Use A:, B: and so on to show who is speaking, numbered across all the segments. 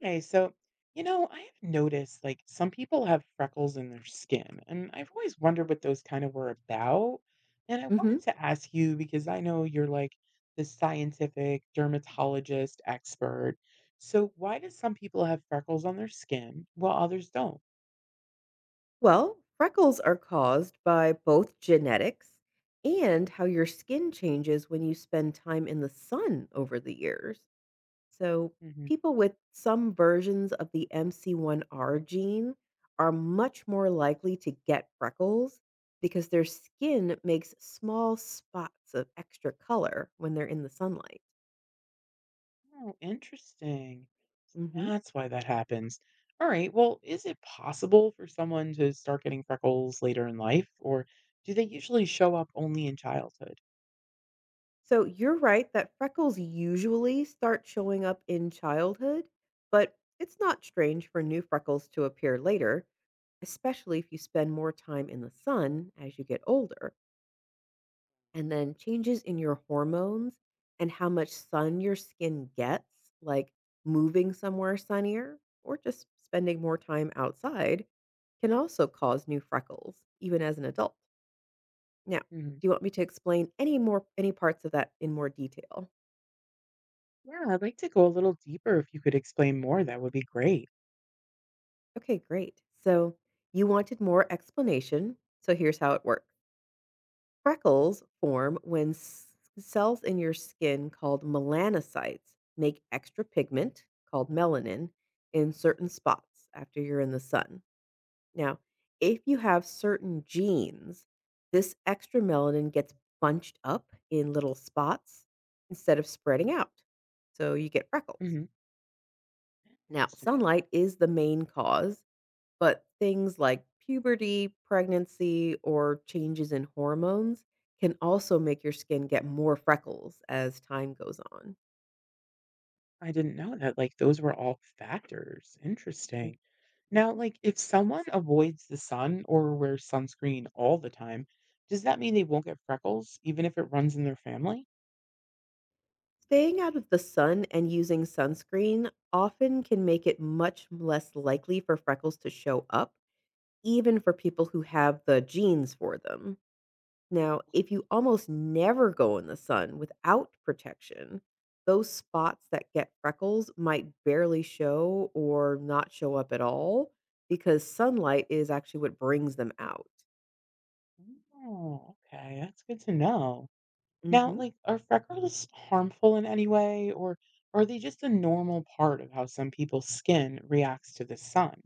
A: Okay, so I have noticed, like, some people have freckles in their skin, and I've always wondered what those kind of were about. And I
B: Hmm.
A: wanted to ask you because I know you're like the scientific dermatologist expert. So why do some people have freckles on their skin while others don't?
B: Well, freckles are caused by both genetics and how your skin changes when you spend time in the sun over the years. So,
A: Hmm.
B: people with some versions of the MC1R gene are much more likely to get freckles because their skin makes small spots of extra color when they're in the sunlight.
A: Oh, interesting.
B: Mm-hmm.
A: That's why that happens. All right. Well, is it possible for someone to start getting freckles later in life, or do they usually show up only in childhood?
B: So you're right that freckles usually start showing up in childhood, but it's not strange for new freckles to appear later, especially if you spend more time in the sun as you get older. And then changes in your hormones and how much sun your skin gets, like moving somewhere sunnier or just spending more time outside, can also cause new freckles, even as an adult. Now, do
A: Mhm.
B: you want me to explain any parts of that in more detail?
A: Yeah, I'd like to go a little deeper. If you could explain more, that would be great.
B: Okay, great. So you wanted more explanation. So here's how it works: freckles form when cells in your skin called melanocytes make extra pigment called melanin in certain spots after you're in the sun. Now, if you have certain genes, this extra melanin gets bunched up in little spots instead of spreading out. So you get freckles.
A: Hmm.
B: Now, sunlight is the main cause, but things like puberty, pregnancy, or changes in hormones can also make your skin get more freckles as time goes on.
A: I didn't know that, like, those were all factors.
B: Mm,
A: Interesting. Now,
B: mhm.
A: like, if someone avoids the sun or wears sunscreen all the time, does that mean they won't get freckles, even if it runs in their family?
B: Staying out of the sun and using sunscreen often can make it much less likely for freckles to show up, even for people who have the genes for them. Now, if you almost never go in the sun without protection, those spots that get freckles might barely show or not show up at all, because sunlight is actually what brings them out.
A: Oh, okay. That's good to know. Now,
B: Mhm.
A: like, are freckles harmful in any way, or are they just a normal part of how some people's skin reacts to the sun?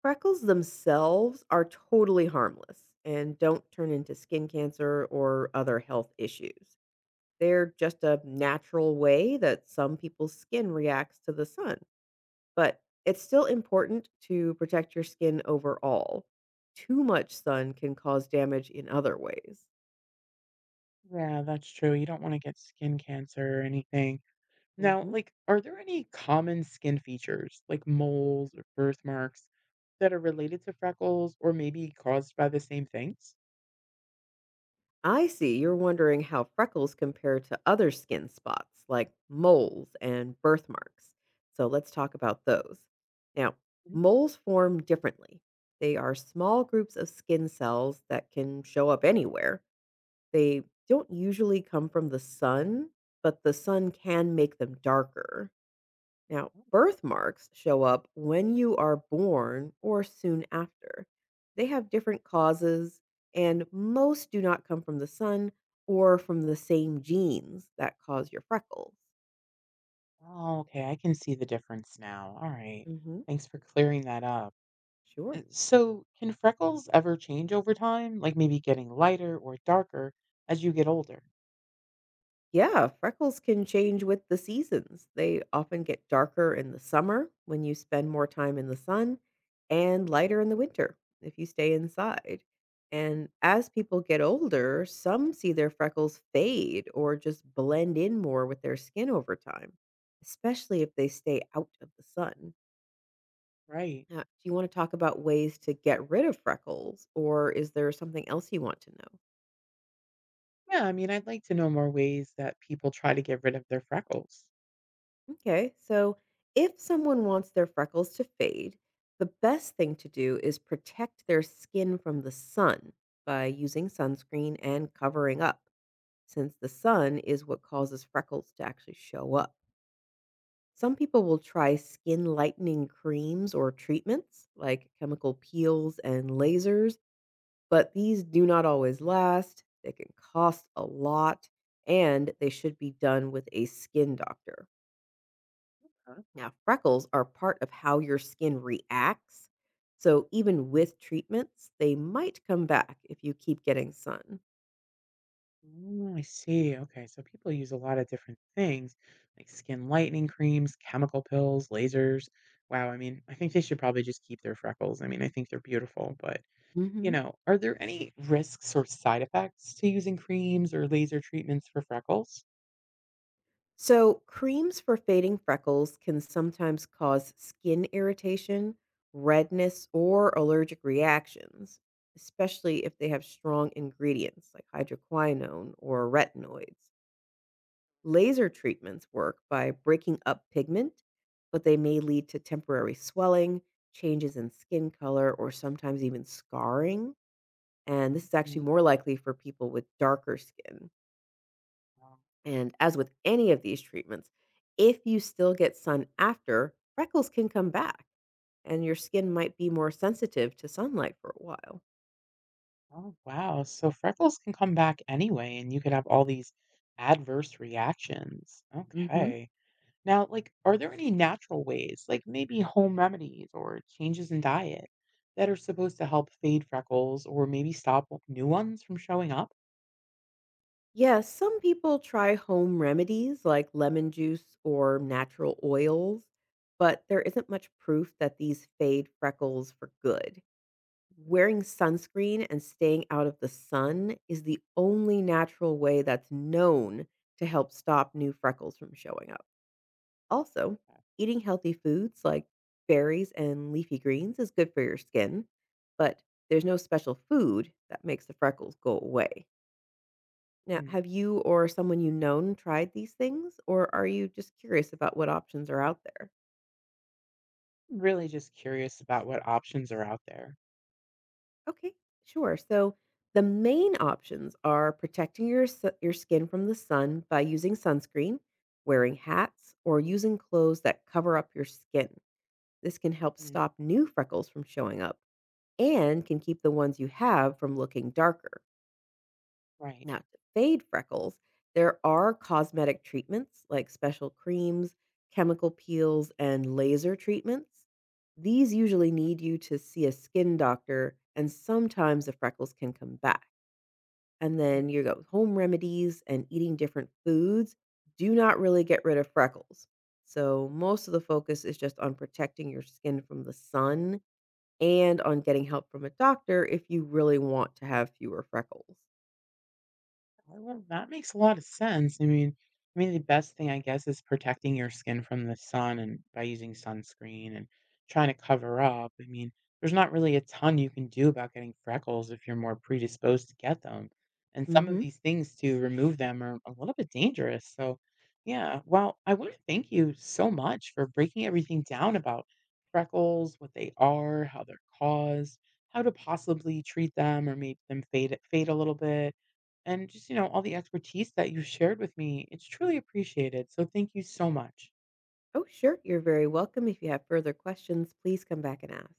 B: Freckles themselves are totally harmless and don't turn into skin cancer or other health issues. They're just a natural way that some people's skin reacts to the sun. But it's still important to protect your skin overall. Too much sun can cause damage in other ways.
A: Yeah, that's true. You don't want to get skin cancer or anything. Now,
B: Hmm.
A: like, are there any common skin features like moles or birthmarks that are related to freckles or maybe caused by the same things?
B: I see you're wondering how freckles compare to other skin spots like moles and birthmarks. So let's talk about those. Now,
A: Mhm.
B: moles form differently. They are small groups of skin cells that can show up anywhere. They don't usually come from the sun, but the sun can make them darker. Now, birthmarks show up when you are born or soon after. They have different causes, and most do not come from the sun or from the same genes that cause your freckles.
A: Oh, okay. I can see the difference now. All right.
B: Hmm.
A: Thanks for clearing that up. Uh,
B: Sure.
A: So, can freckles ever change over time? Like maybe getting lighter or darker as you get older?
B: Yeah, freckles can change with the seasons. They often get darker in the summer when you spend more time in the sun and lighter in the winter if you stay inside. And as people get older, some see their freckles fade or just blend in more with their skin over time, especially if they stay out of the sun.
A: Right.
B: Now, do you want to talk about ways to get rid of freckles, or is there something else you want to know?
A: Yeah. I mean, I'd like to know more ways that people try to get rid of their freckles.
B: Okay, so if someone wants their freckles to fade, the best thing to do is protect their skin from the sun by using sunscreen and covering up, since the sun is what causes freckles to actually show up. Some people will try skin lightening creams or treatments like chemical peels and lasers, but these do not always last. They can cost a lot, and they should be done with a skin doctor. Now, freckles are part of how your skin reacts. So, even with treatments, they might come back if you keep getting sun.
A: Mm, I see. Okay. So people use a lot of different things like skin lightening creams, chemical pills, lasers. Wow. I mean, I think they should probably just keep their freckles. I mean, I think they're beautiful, but
B: Hmm.
A: are there any risks or side effects to using creams or laser treatments for freckles?
B: So, creams for fading freckles can sometimes cause skin irritation, redness, or allergic reactions, especially if they have strong ingredients like hydroquinone or retinoids. Laser treatments work by breaking up pigment, but they may lead to temporary swelling, changes in skin color, or sometimes even scarring. And this is
A: Mm,
B: actually more likely for people with darker skin.
A: wow.
B: And as with any of these treatments, if you still get sun after, freckles can come back and your skin might be more sensitive to sunlight for a while.
A: Oh, wow. So freckles can come back anyway, and you could have all these adverse reactions.
B: Hmm.
A: Okay. Now, like, are there any natural ways, like maybe home remedies or changes in diet, that are supposed to help fade freckles or maybe stop new ones from showing up?
B: Yes, some people try home remedies like lemon juice or natural oils, but there isn't much proof that these fade freckles for good. Wearing sunscreen and staying out of the sun is the only natural way that's known to help stop new freckles from showing up. Also, eating healthy foods like berries and leafy greens is good for your skin, but there's no special food that makes the freckles go away. Now,
A: Mm.
B: have you or someone you known tried these things, or are you just curious about what options are out there?
A: Really just curious about what options are out there.
B: Okay, sure. So, the main options are protecting your skin from the sun by using sunscreen, wearing hats, or using clothes that cover up your skin. This can help
A: Mm.
B: stop new freckles from showing up and can keep the ones you have from looking darker.
A: Right.
B: Now, to fade freckles, there are cosmetic treatments like special creams, chemical peels, and laser treatments. These usually need you to see a skin doctor, and sometimes the freckles can come back. And then you go home remedies and eating different foods do not really get rid of freckles. So, most of the focus is just on protecting your skin from the sun and on getting help from a doctor if you really want to have fewer freckles.
A: Oh, well, that makes a lot of sense. I mean, the best thing, I guess, is protecting your skin from the sun and by using sunscreen and trying to cover up. I mean, there's not really a ton you can do about getting freckles if you're more predisposed to get them. And some of
B: Mhm.
A: these things to remove them are a little bit dangerous. So, yeah. Well, I want to thank you so much for breaking everything down about freckles, what they are, how they're caused, how to possibly treat them or make them fade a little bit and just, you know, all the expertise that you shared with me. It's truly appreciated. So thank you so much.
B: Oh, sure. You're very welcome. If you have further questions, please come back and ask.